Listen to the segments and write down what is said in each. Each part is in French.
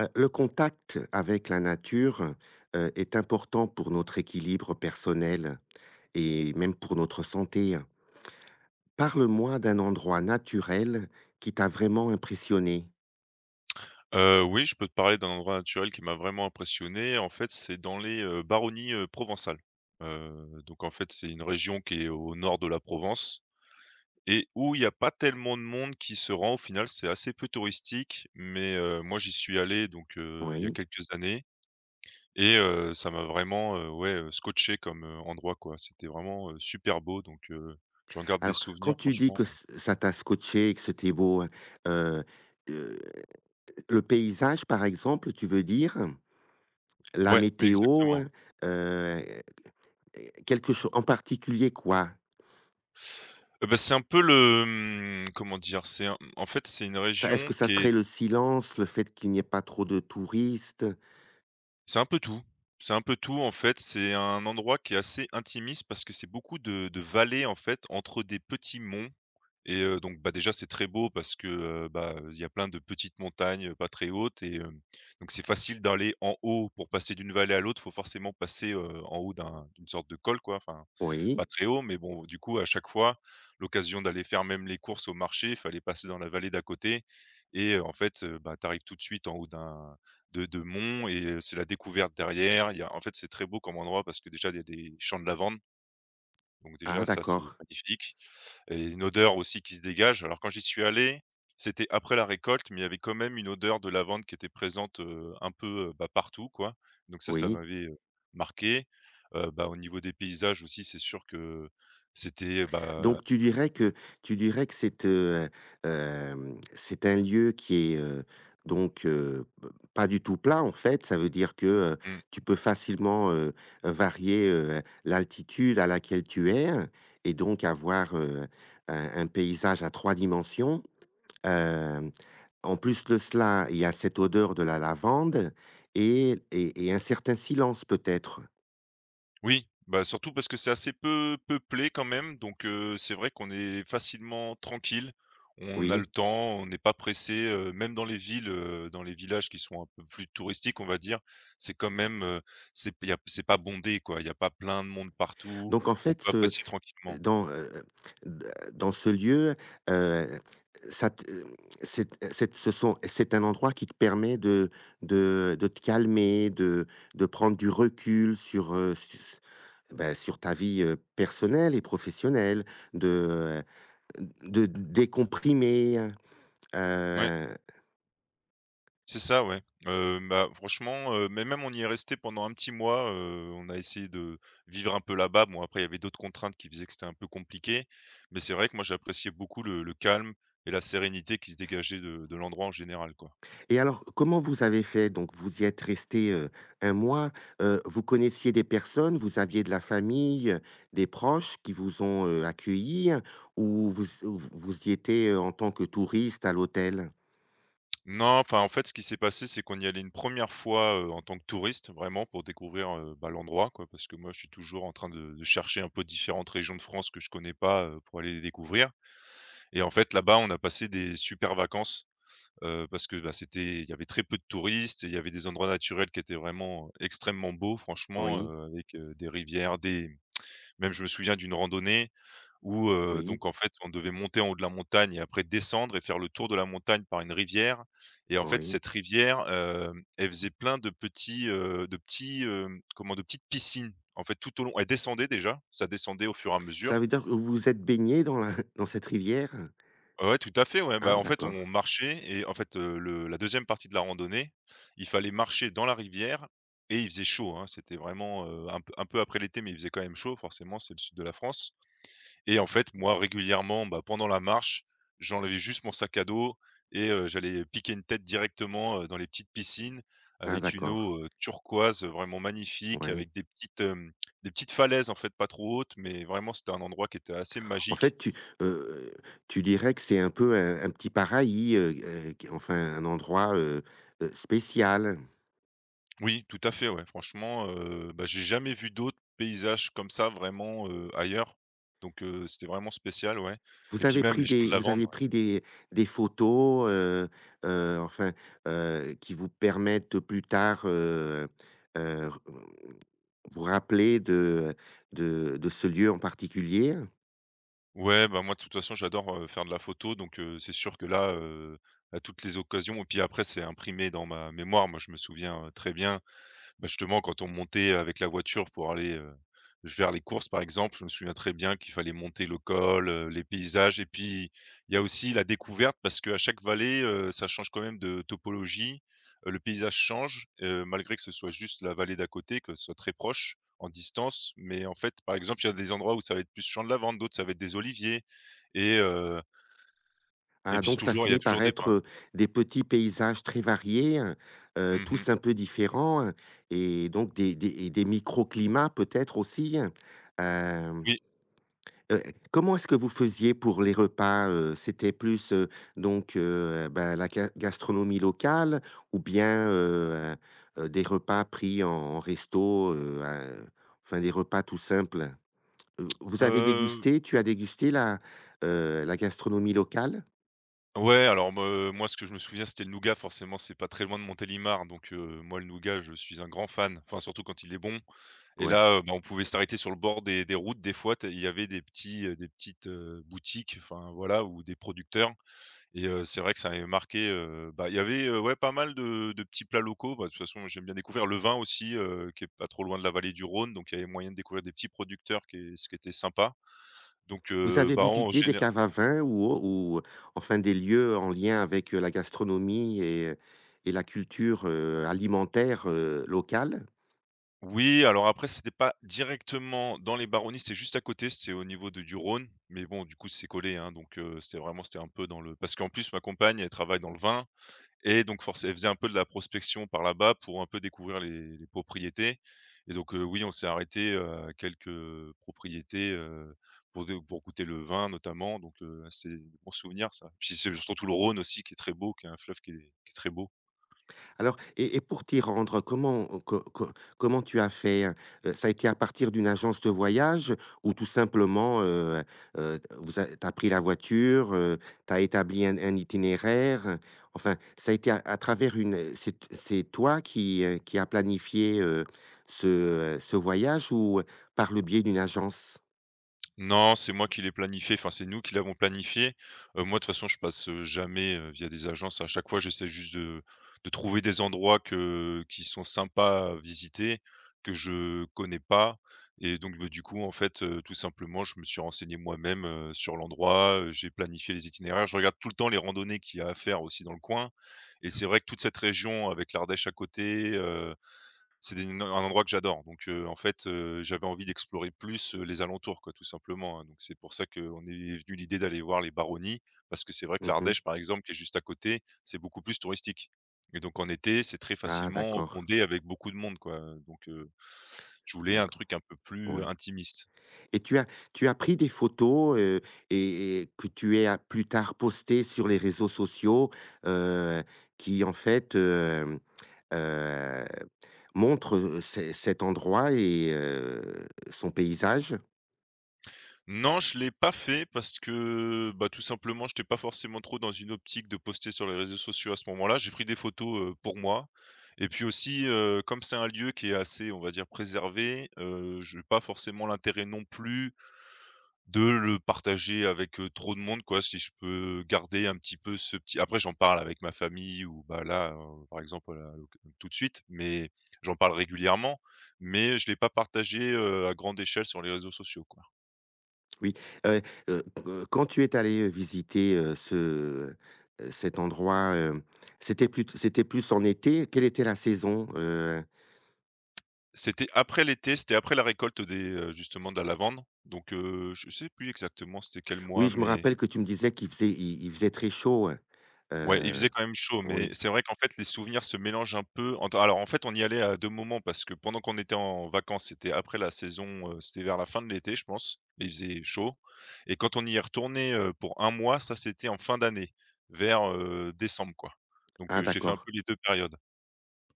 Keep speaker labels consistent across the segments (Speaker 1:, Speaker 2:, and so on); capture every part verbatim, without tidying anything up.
Speaker 1: Heu, le contact avec la nature, heu, est important pour notre équilibre personnel et même pour notre santé. Parle-moi d'un endroit naturel qui t'a vraiment impressionné.
Speaker 2: Heu, oui, je peux te parler d'un endroit naturel qui m'a vraiment impressionné. En fait, c'est dans les, heu, Baronnies, heu, provençales. Heu, donc en fait, c'est une région qui est au nord de la Provence et où il n'y a pas tellement de monde qui se rend. Au final, c'est assez peu touristique, mais heu, moi, j'y suis allé donc heu, il y a
Speaker 1: Oui.
Speaker 2: quelques années et heu, ça m'a vraiment, heu, ouais, heu, scotché comme, heu, endroit, quoi. C'était vraiment, heu, super beau donc heu, j'en garde des
Speaker 1: Alors quand
Speaker 2: souvenirs
Speaker 1: tu dis
Speaker 2: franchement,
Speaker 1: que ç ça t'a scotché et que c'était beau, heu heu, le paysage par exemple, tu veux dire? La
Speaker 2: ouais,
Speaker 1: météo?
Speaker 2: exactement.
Speaker 1: Heu, quelque chose en particulier quoi?
Speaker 2: Heu, bah, c'est un peu le, mmh, comment dire? C'est un en fait, c'est une
Speaker 1: Ça, est-ce que
Speaker 2: région
Speaker 1: ça
Speaker 2: qui est
Speaker 1: serait le silence, le fait qu'il n'y ait pas trop de touristes?
Speaker 2: c'est un peu tout. C'est un peu tout, en fait. C'est un endroit qui est assez intimiste parce que c'est beaucoup de de vallées, en fait, entre des petits monts et heu, donc, bah, déjà, c'est très beau parce que, heu, bah, il y a plein de petites montagnes, heu, pas très hautes et hem, donc c'est facile d'aller en haut. Pour passer d'une vallée à l'autre, il faut forcément passer, heu, en haut d'un d'une sorte de col, quoi, enfin
Speaker 1: Oui.
Speaker 2: pas très haut, mais bon, du coup, à chaque fois, l'occasion d'aller faire même les courses au marché, il fallait passer dans la vallée d'à côté et heu, en fait, heu, bah, tu arrives tout de suite en haut d'un de de monts et heu, c'est la découverte derrière. Il y a en fait, c'est très beau comme endroit parce que déjà, il y a des champs de lavande donc
Speaker 1: Ah
Speaker 2: déjà ça, c'est
Speaker 1: d'accord,
Speaker 2: magnifique et une odeur aussi qui se dégage. Alors quand j'y suis allé, c'était après la récolte, mais il y avait quand même une odeur de lavande qui était présente, heu, un peu, heu, bah, partout quoi. Donc ça, ça
Speaker 1: oui.
Speaker 2: m'avait, heu, marqué. Heu, bah, au niveau des paysages aussi, c'est sûr que c'était, bah,
Speaker 1: Donc tu dirais que tu dirais que c'est, heu, hem, c'est un lieu qui est, heu, donc heu, p pas du tout plat en fait. Ça veut dire que, heu,
Speaker 2: mmh.
Speaker 1: tu peux facilement, heu, varier, heu, l'altitude à laquelle tu es et donc avoir, heu, un un paysage à trois dimensions. Hem, En plus de cela, il y a cette odeur de la lavande et et et un certain silence peut-être,
Speaker 2: Oui, bah, surtout parce que c'est assez peu peuplé quand même, donc heu, c'est vrai qu'on est facilement tranquille. On a
Speaker 1: oui.
Speaker 2: le temps, on n'est pas pressé, heu, même dans les villes, heu, dans les villages qui sont un peu plus touristiques, on va dire, c'est quand même, heu, c'est y a c'est pas bondé quoi, il y a pas plein de monde partout,
Speaker 1: Donc en
Speaker 2: on
Speaker 1: fait
Speaker 2: peut
Speaker 1: ce
Speaker 2: apprécier tranquillement.
Speaker 1: dans, heu, d dans ce lieu, heu, ça te hem, c'est c'est ce sont c'est un endroit qui te permet de de de te calmer, de de prendre du recul sur, heu, su su bah, sur ta vie, heu, personnelle et professionnelle, de, heu, de décomprimer,
Speaker 2: Ouais.
Speaker 1: heu
Speaker 2: C'est ça, ouais. Heu, bah, franchement, heu, mais même on y est resté pendant un petit mois, heu, on a essayé de vivre un peu là-bas. Bon, après, il y avait d'autres contraintes qui faisaient que c'était un peu compliqué, mais c'est vrai que moi, j'appréciais beaucoup le le calme et la sérénité qui se dégageait de de l'endroit en général, quoi.
Speaker 1: Et alors, comment vous avez fait? Donc vous y êtes resté heu, un mois, heu, vous connaissiez des personnes, vous aviez de la famille, heu, des proches qui vous ont, heu, accueillis hein, ou vous s vous y étiez, heu, en tant que touriste à l'hôtel?
Speaker 2: Non, enfin, en fait, ce qui s'est passé, c'est qu'on y allait une première fois, heu, en tant que touriste, vraiment pour découvrir, heu, bah, l'endroit, quoi, parce que moi, je suis toujours en train de de chercher un peu différentes régions de France que je connais pas, heu, pour aller les découvrir et en fait, là-bas, on a passé des super vacances. Heu, parce que, bah, c'était il y avait très peu de touristes et il y avait des endroits naturels qui étaient vraiment, heu, extrêmement beaux franchement,
Speaker 1: Oui,
Speaker 2: heu, avec, heu, des rivières, des même je me souviens d'une randonnée où, heu,
Speaker 1: oui,
Speaker 2: donc en fait, on devait monter en haut de la montagne et après descendre et faire le tour de la montagne par une rivière et en fait,
Speaker 1: oui.
Speaker 2: cette rivière, hem, elle faisait plein de petits, heu, de petits, hem, comment de petites piscines. En fait, tout au long elle descendait déjà, ça descendait au fur et à mesure.
Speaker 1: Ça veut dire que vous vous êtes baigné dans la dans cette rivière?
Speaker 2: Ouais, ouais, tout à fait, ouais,
Speaker 1: Ah
Speaker 2: bah, en fait,
Speaker 1: d'accord,
Speaker 2: on marchait et en fait, heu, le la deuxième partie de la randonnée, il fallait marcher dans la rivière et il faisait chaud, hein. C'était vraiment, heu, un peu un peu après l'été, mais il faisait quand même chaud, forcément, c'est le sud de la France et en fait, moi, régulièrement, bah, pendant la marche, j'enlevais juste mon sac à dos et heu, j'allais piquer une tête directement, heu, dans les petites piscines
Speaker 1: ah
Speaker 2: avec une
Speaker 1: d'accord,
Speaker 2: eau, heu, turquoise, euh, vraiment magnifique,
Speaker 1: ouais.
Speaker 2: avec des petites, hem, des petites falaises, en fait, pas trop hautes, mais vraiment, c'était un endroit qui était assez
Speaker 1: En
Speaker 2: magique.
Speaker 1: fait, tu, heu, tu dirais que c'est un peu un un petit paradis, heu heu, qui enfin un endroit, heu heu, spécial?
Speaker 2: Oui, tout à fait, ouais. Franchement, heu, bah, j'ai jamais vu d'autres paysages comme ça vraiment, heu, ailleurs. Donc heu, c'était vraiment spécial, ouais. Et
Speaker 1: Vous
Speaker 2: puis
Speaker 1: avez
Speaker 2: même
Speaker 1: pris
Speaker 2: les champs
Speaker 1: des
Speaker 2: de
Speaker 1: vous
Speaker 2: lavande,
Speaker 1: avez
Speaker 2: ouais.
Speaker 1: pris des des photos, heu heu, enfin, heu, qui vous permettent plus tard, heu heu, vous rappeler de de de ce lieu en particulier?
Speaker 2: Ouais, bah, moi de toute façon j'adore, heu, faire de la photo donc heu, c'est sûr que là, heu, à toutes les occasions et puis après c'est imprimé dans ma mémoire. Moi je me souviens, heu, très bien. Bah, justement, quand on montait avec la voiture pour aller, heu, vers les courses, par exemple, je me souviens très bien qu'il fallait monter le col, heu, les paysages et puis il y a aussi la découverte parce qu'à chaque vallée, heu, ça change quand même de topologie. Heu, le paysage change, heu, malgré que ce soit juste la vallée d'à côté, que ce soit très proche en distance. Mais en fait, par exemple, il y a des endroits où ça va être plus champ de lavande, d'autres ça va être des oliviers et heu et
Speaker 1: Ah,
Speaker 2: puis
Speaker 1: donc ça
Speaker 2: toujours il y a
Speaker 1: finit par
Speaker 2: toujours des pins.
Speaker 1: être des petits paysages très variés, heu,
Speaker 2: Mmh.
Speaker 1: tous un peu différents hein, et donc des des et des microclimats peut-être aussi? Hem
Speaker 2: Oui,
Speaker 1: Heu, Comment est-ce que vous faisiez pour les repas, heu? C'était plus, heu, donc heu, ben, la ga gastronomie locale ou bien, heu heu, des repas pris en en resto, heu, à enfin des repas tout simples? Heu, vous avez
Speaker 2: heu
Speaker 1: dégusté Tu as dégusté la, heu, la gastronomie locale?
Speaker 2: ouais, alors me moi, ce que je me souviens, c'était le nougat, forcément, c'est pas très loin de Montélimar, donc heu, moi, le nougat, je suis un grand fan, enfin, surtout quand il est bon et
Speaker 1: Ouais.
Speaker 2: là, heu, bah, on pouvait s'arrêter sur le bord des des routes, des fois, tu il y avait des petits, heu, des petites, heu, boutiques, enfin, voilà, ou des producteurs et heu, c'est vrai que ça avait marqué, heu, bah, il y avait, heu, ouais, pas mal de de petits plats locaux. Bah, de toute façon, j'aime bien découvrir le vin aussi, heu, qui est pas trop loin de la vallée du Rhône, donc il y avait moyen de découvrir des petits producteurs qui est ce qui était sympa, donc
Speaker 1: Vous
Speaker 2: heu,
Speaker 1: avez
Speaker 2: bah, en
Speaker 1: visité des
Speaker 2: général.
Speaker 1: caves à vin ou au ou enfin des lieux en lien avec, heu, la gastronomie et et la culture, heu, alimentaire, heu, locale?
Speaker 2: Oui, alors après, c'était pas directement dans les Baronnies, c'était juste à côté, c'était au niveau de du Rhône, mais bon, du coup, c'est collé, hein, donc heu, c'était vraiment c'était un peu dans le parce qu'en plus, ma compagne, elle travaille dans le vin et donc forcément elle faisait un peu de la prospection par là-bas pour un peu découvrir les les propriétés et donc heu, oui, on s'est arrêté, heu, à quelques propriétés, heu, pour de pour goûter le vin notamment, donc heu, c'est des bons souvenirs ça. Puis c'est surtout le Rhône aussi qui est très beau, qui est un fleuve qui est qui est très beau.
Speaker 1: Alors, et et pour t'y rendre, comment euh, co co comment tu as fait? Heu, ça a été à partir d'une agence de voyage ou tout simplement, heu heu, vous a tu as pris la voiture, tu as établi un un itinéraire? euh, Enfin, ça a été à à travers une euh, c'est c'est toi qui, heu, qui a planifié, heu, ce, heu, ce voyage ou euh, par le biais d'une agence?
Speaker 2: Non, c'est moi qui l'ai planifié, enfin, c'est nous qui l'avons planifié. Heu, moi, de toute façon, je passe, heu, jamais, heu, via des agences. À chaque fois, j'essaie juste de de trouver des endroits que qui sont sympas à visiter, que je connais pas et donc beh, du coup, en fait, heu, tout simplement, je me suis renseigné moi-même, heu, sur l'endroit, heu, j'ai planifié les itinéraires. Je regarde tout le temps les randonnées qu'il y a à faire aussi dans le coin et c'est vrai que toute cette région avec l'Ardèche à côté, euh, c'est des no, un endroit que j'adore donc heu, en fait, heu, j'avais envie d'explorer plus, heu, les alentours quoi, tout simplement, hein, donc c'est pour ça qu'on est venu l'idée d'aller voir les Baronnies parce que c'est vrai que
Speaker 1: Mmh.
Speaker 2: l'Ardèche, par exemple, qui est juste à côté, c'est beaucoup plus touristique et donc en été, c'est très
Speaker 1: Ah
Speaker 2: facilement
Speaker 1: d'accord,
Speaker 2: bondé avec beaucoup de monde quoi, donc heu, je voulais un
Speaker 1: d'accord,
Speaker 2: truc un peu plus
Speaker 1: ouais.
Speaker 2: intimiste.
Speaker 1: Et tu as tu as pris des photos, heu, et et que tu as plus tard postées sur les réseaux sociaux, heu, qui en fait, hem, heu, montrent, heu, ce cet endroit et heu, son paysage?
Speaker 2: Non, je l'ai pas fait parce que, bah, tout simplement, j'étais pas forcément trop dans une optique de poster sur les réseaux sociaux à ce moment-là. J'ai pris des photos, heu, pour moi et puis aussi, heu, comme c'est un lieu qui est assez, on va dire, préservé, euh, je n'ai pas forcément l'intérêt non plus de le partager avec, heu, trop de monde, quoi. Si je peux garder un petit peu ce petit après j'en parle avec ma famille ou, bah, là, heu, par exemple, là, l'oc tout de suite, mais j'en parle régulièrement, mais je l'ai pas partagé, heu, à grande échelle sur les réseaux sociaux, quoi.
Speaker 1: Oui, heu heu, q quand tu es allé visiter, heu, ce, heu, cet endroit, hem, c'était plus c'était plus en été? Quelle était la saison? Heu,
Speaker 2: C'était après l'été, c'était après la récolte des, heu, justement, de la lavande, donc heu, je sais plus exactement c'était quel
Speaker 1: oui,
Speaker 2: mois,
Speaker 1: je me
Speaker 2: mais
Speaker 1: rappelle que tu me disais qu'il faisait il il faisait très chaud, hein.
Speaker 2: ouais, il faisait
Speaker 1: heu,
Speaker 2: quand même chaud. Mais
Speaker 1: oui.
Speaker 2: c'est vrai qu'en fait, les souvenirs se mélangent un peu entre alors en fait, on y allait à deux moments parce que pendant qu'on était en vacances, c'était après la saison, heu, c'était vers la fin de l'été, je pense, et il faisait chaud. Et quand on y est retourné, heu, pour un mois, ça, c'était en fin d'année, vers, heu, décembre, quoi. Donc
Speaker 1: Ah
Speaker 2: heu, j'ai fait un
Speaker 1: d'accord.
Speaker 2: peu les deux périodes.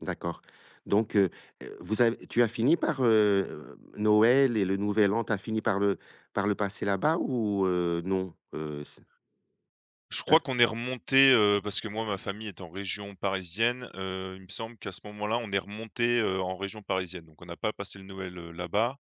Speaker 1: D'accord. Donc, heu heu, vous avez tu as fini par, heu, Noël et le Nouvel An, tu as fini par le par le passer là-bas ou heu, non? Heu, c
Speaker 2: Je crois
Speaker 1: tu
Speaker 2: qu'on est remonté, heu, parce que moi, ma famille est en région parisienne. Heu, il me semble qu'à ce moment-là, on est remonté, heu, en région parisienne, donc on n'a pas passé le Noël, heu, là-bas.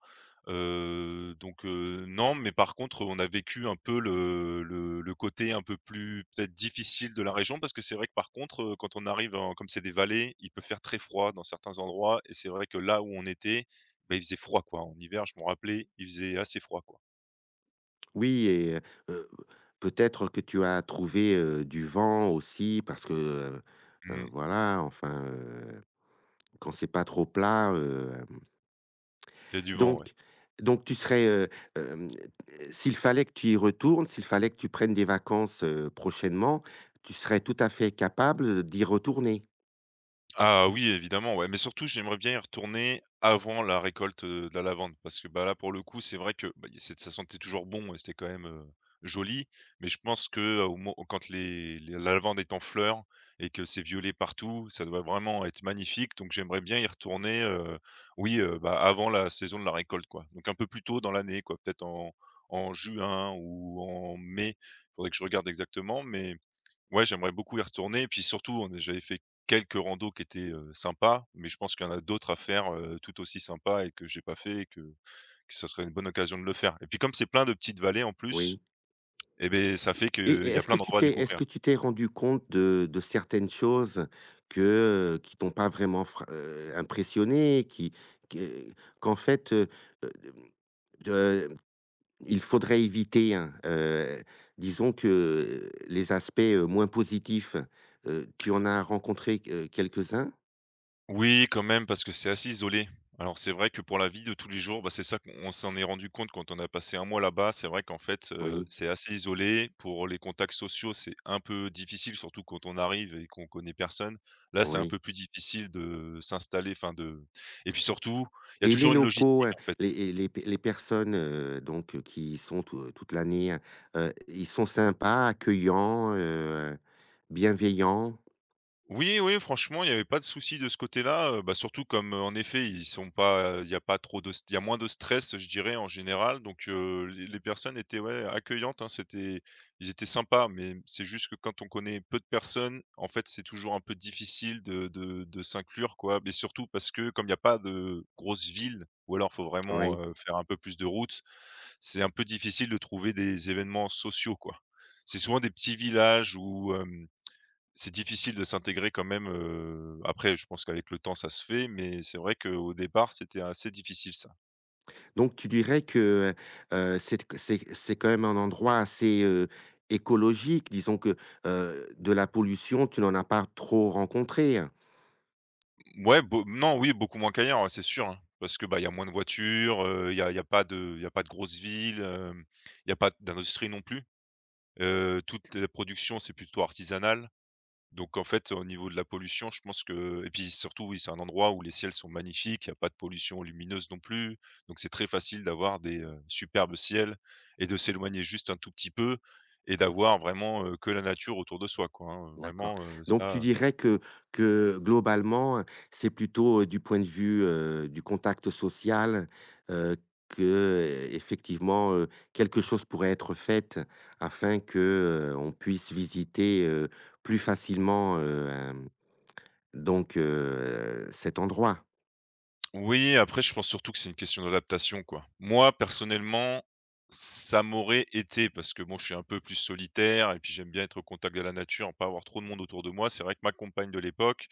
Speaker 2: heu, donc heu, Non, mais par contre, on a vécu un peu le le le côté un peu plus peut-être difficile de la région, parce que c'est vrai que par contre, heu, quand on arrive en comme c'est des vallées, il peut faire très froid dans certains endroits, et c'est vrai que là où on était, bah, il faisait froid, quoi. En hiver, je m'en rappelais, il faisait assez froid, quoi.
Speaker 1: Oui. Et heu peut-être que tu as trouvé, heu, du vent aussi parce que, heu heu,
Speaker 2: Mmh.
Speaker 1: voilà, enfin, heu, quand c'est pas trop plat, hem,
Speaker 2: Il y a du vent, ouais.
Speaker 1: donc donc tu serais, heu, hem, s'il fallait que tu y retournes, s'il fallait que tu prennes des vacances, heu, prochainement, tu serais tout à fait capable d'y retourner?
Speaker 2: Ah oui, évidemment, ouais, mais surtout j'aimerais bien y retourner avant la récolte, heu, de la lavande, parce que, bah, là, pour le coup, c'est vrai que, bah, il c'est ça sentait toujours bon et c'était quand même, heu, joli. Mais je pense que, heu, au mo quand les les la lavande est en fleur et que c'est violet partout, ça doit vraiment être magnifique. Donc j'aimerais bien y retourner, heu, oui, heu, bah, avant la saison de la récolte, quoi, donc un peu plus tôt dans l'année, quoi, peut-être en en juin ou en mai. Il faudrait que je regarde exactement, mais ouais, j'aimerais beaucoup y retourner. Et puis surtout, on est j'avais fait quelques randos qui étaient, heu, sympas, mais je pense qu'il y en a d'autres à faire, heu, tout aussi sympas et que j'ai pas fait, et que que ce serait une bonne occasion de le faire. Et puis comme c'est plein de petites vallées en plus,
Speaker 1: Oui.
Speaker 2: et ben ça
Speaker 1: Et
Speaker 2: fait
Speaker 1: et
Speaker 2: qu'il y a
Speaker 1: est-ce que
Speaker 2: plein
Speaker 1: tu
Speaker 2: d'endroits à
Speaker 1: t'es est-ce
Speaker 2: découvrir.
Speaker 1: que tu t'es rendu compte de de certaines choses que, euh, qui t'ont pas vraiment fr heu, impressionné, qui que qu'en fait, heu heu, de il faudrait éviter, hein? Heu, disons que les aspects, heu, moins positifs, heu, tu en as rencontré, heu, quelques-uns?
Speaker 2: Oui, quand même, parce que c'est assez isolé. Alors c'est vrai que pour la vie de tous les jours, bah, c'est ça qu'on s'en est rendu compte quand on a passé un mois là-bas. C'est vrai qu'en fait, heu,
Speaker 1: Oui,
Speaker 2: c'est assez isolé. Pour les contacts sociaux, c'est un peu difficile, surtout quand on arrive et qu'on connaît personne. Là, c'est un
Speaker 1: oui.
Speaker 2: peu plus difficile de s'installer, enfin de et puis surtout, il y a
Speaker 1: Et les
Speaker 2: toujours une
Speaker 1: locaux,
Speaker 2: logistique,
Speaker 1: heu,
Speaker 2: en fait.
Speaker 1: les et les p les personnes, heu, donc heu, qui y sont tou toute l'année, hein, heu, ils sont sympas, accueillants, heu, bienveillants?
Speaker 2: Oui, oui, franchement, il y avait pas de souci de ce côté-là, heu, bah, surtout comme, heu, en effet, ils sont pas, il y a pas trop de il y a moins de stress, je dirais, en général. Donc heu, les les personnes étaient, ouais, accueillantes, hein, c'était ils étaient sympas. Mais c'est juste que quand on connaît peu de personnes, en fait, c'est toujours un peu difficile de de de s'inclure, quoi, mais surtout parce que comme il y a pas de grosses villes ou alors faut
Speaker 1: Oui.
Speaker 2: vraiment, heu, faire un peu plus de route, c'est un peu difficile de trouver des événements sociaux, quoi. C'est souvent des petits villages ou c'est difficile de s'intégrer quand même. Heu, après, je pense qu'avec le temps ça se fait, mais c'est vrai qu'au départ c'était assez difficile, ça.
Speaker 1: Donc tu dirais que, heu c'est c'est c'est quand même un endroit assez, heu, écologique, disons que, heu, de la pollution, tu n'en as pas trop rencontré? Hein.
Speaker 2: Ouais, beau non, oui, beaucoup moins qu'ailleurs, ouais, c'est sûr, hein, parce que, bah, il y a moins de voitures, heu, il y a il y a pas de il y a pas de grosses villes, hem, il y a pas d'industrie non plus. Heu, toute la production, c'est plutôt artisanal. Donc en fait, au niveau de la pollution, je pense que et puis surtout, oui, c'est un endroit où les ciels sont magnifiques, il y a pas de pollution lumineuse non plus. Donc c'est très facile d'avoir des, heu, superbes ciels et de s'éloigner juste un tout petit peu et d'avoir vraiment, heu, que la nature autour de soi, quoi, hein,
Speaker 1: D'accord.
Speaker 2: vraiment, heu,
Speaker 1: Donc tu
Speaker 2: ça
Speaker 1: dirais que que globalement, c'est plutôt, heu, du point de vue, heu, du contact social, heu, effectivement heu, quelque chose pourrait être faite afin que, heu, on puisse visiter, heu, plus facilement, heu, hem, donc heu, cet endroit?
Speaker 2: oui. Après, je pense surtout que c'est une question d'adaptation, quoi. Moi, personnellement, ça m'aurait été parce que bon, je suis un peu plus solitaire et puis j'aime bien être au contact de la nature, pas avoir trop de monde autour de moi. C'est vrai que ma compagne de l'époque,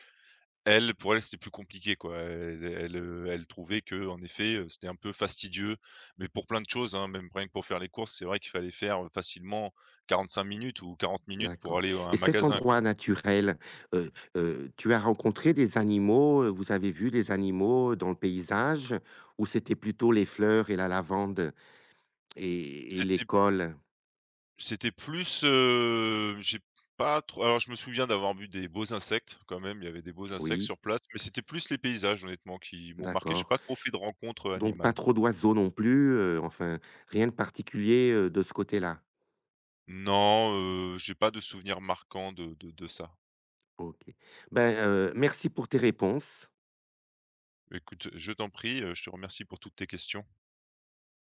Speaker 2: elle, pour elle, c'était plus compliqué, quoi. Elle elle, heu, elle trouvait qu'en effet, heu, c'était un peu fastidieux, mais pour plein de choses, hein, même rien que pour faire les courses, c'est vrai qu'il fallait faire, heu, facilement quarante-cinq minutes ou quarante minutes pour
Speaker 1: D'accord.
Speaker 2: aller à un
Speaker 1: Et cet
Speaker 2: magasin, quoi.
Speaker 1: endroit naturel, heu heu, tu as rencontré des animaux, heu, vous avez vu des animaux dans le paysage ou c'était plutôt les fleurs et la lavande? Et et
Speaker 2: C'était
Speaker 1: l'école?
Speaker 2: c'était plus, heu, j'ai pas trop alors je me souviens d'avoir vu des beaux insectes quand même, il y avait des beaux insectes
Speaker 1: Oui,
Speaker 2: sur place, mais c'était plus les paysages, honnêtement, qui m'ont marqué. J'ai
Speaker 1: d'accord.
Speaker 2: pas trop fait de rencontres
Speaker 1: Donc pas
Speaker 2: animales.
Speaker 1: trop d'oiseaux non plus, heu, enfin, rien de particulier, heu, de ce côté-là?
Speaker 2: Non, heu, j'ai pas de souvenirs marquants de de de ça.
Speaker 1: OK. Ben, heu, merci pour tes réponses.
Speaker 2: Écoute, je t'en prie, heu, je te remercie pour toutes tes questions.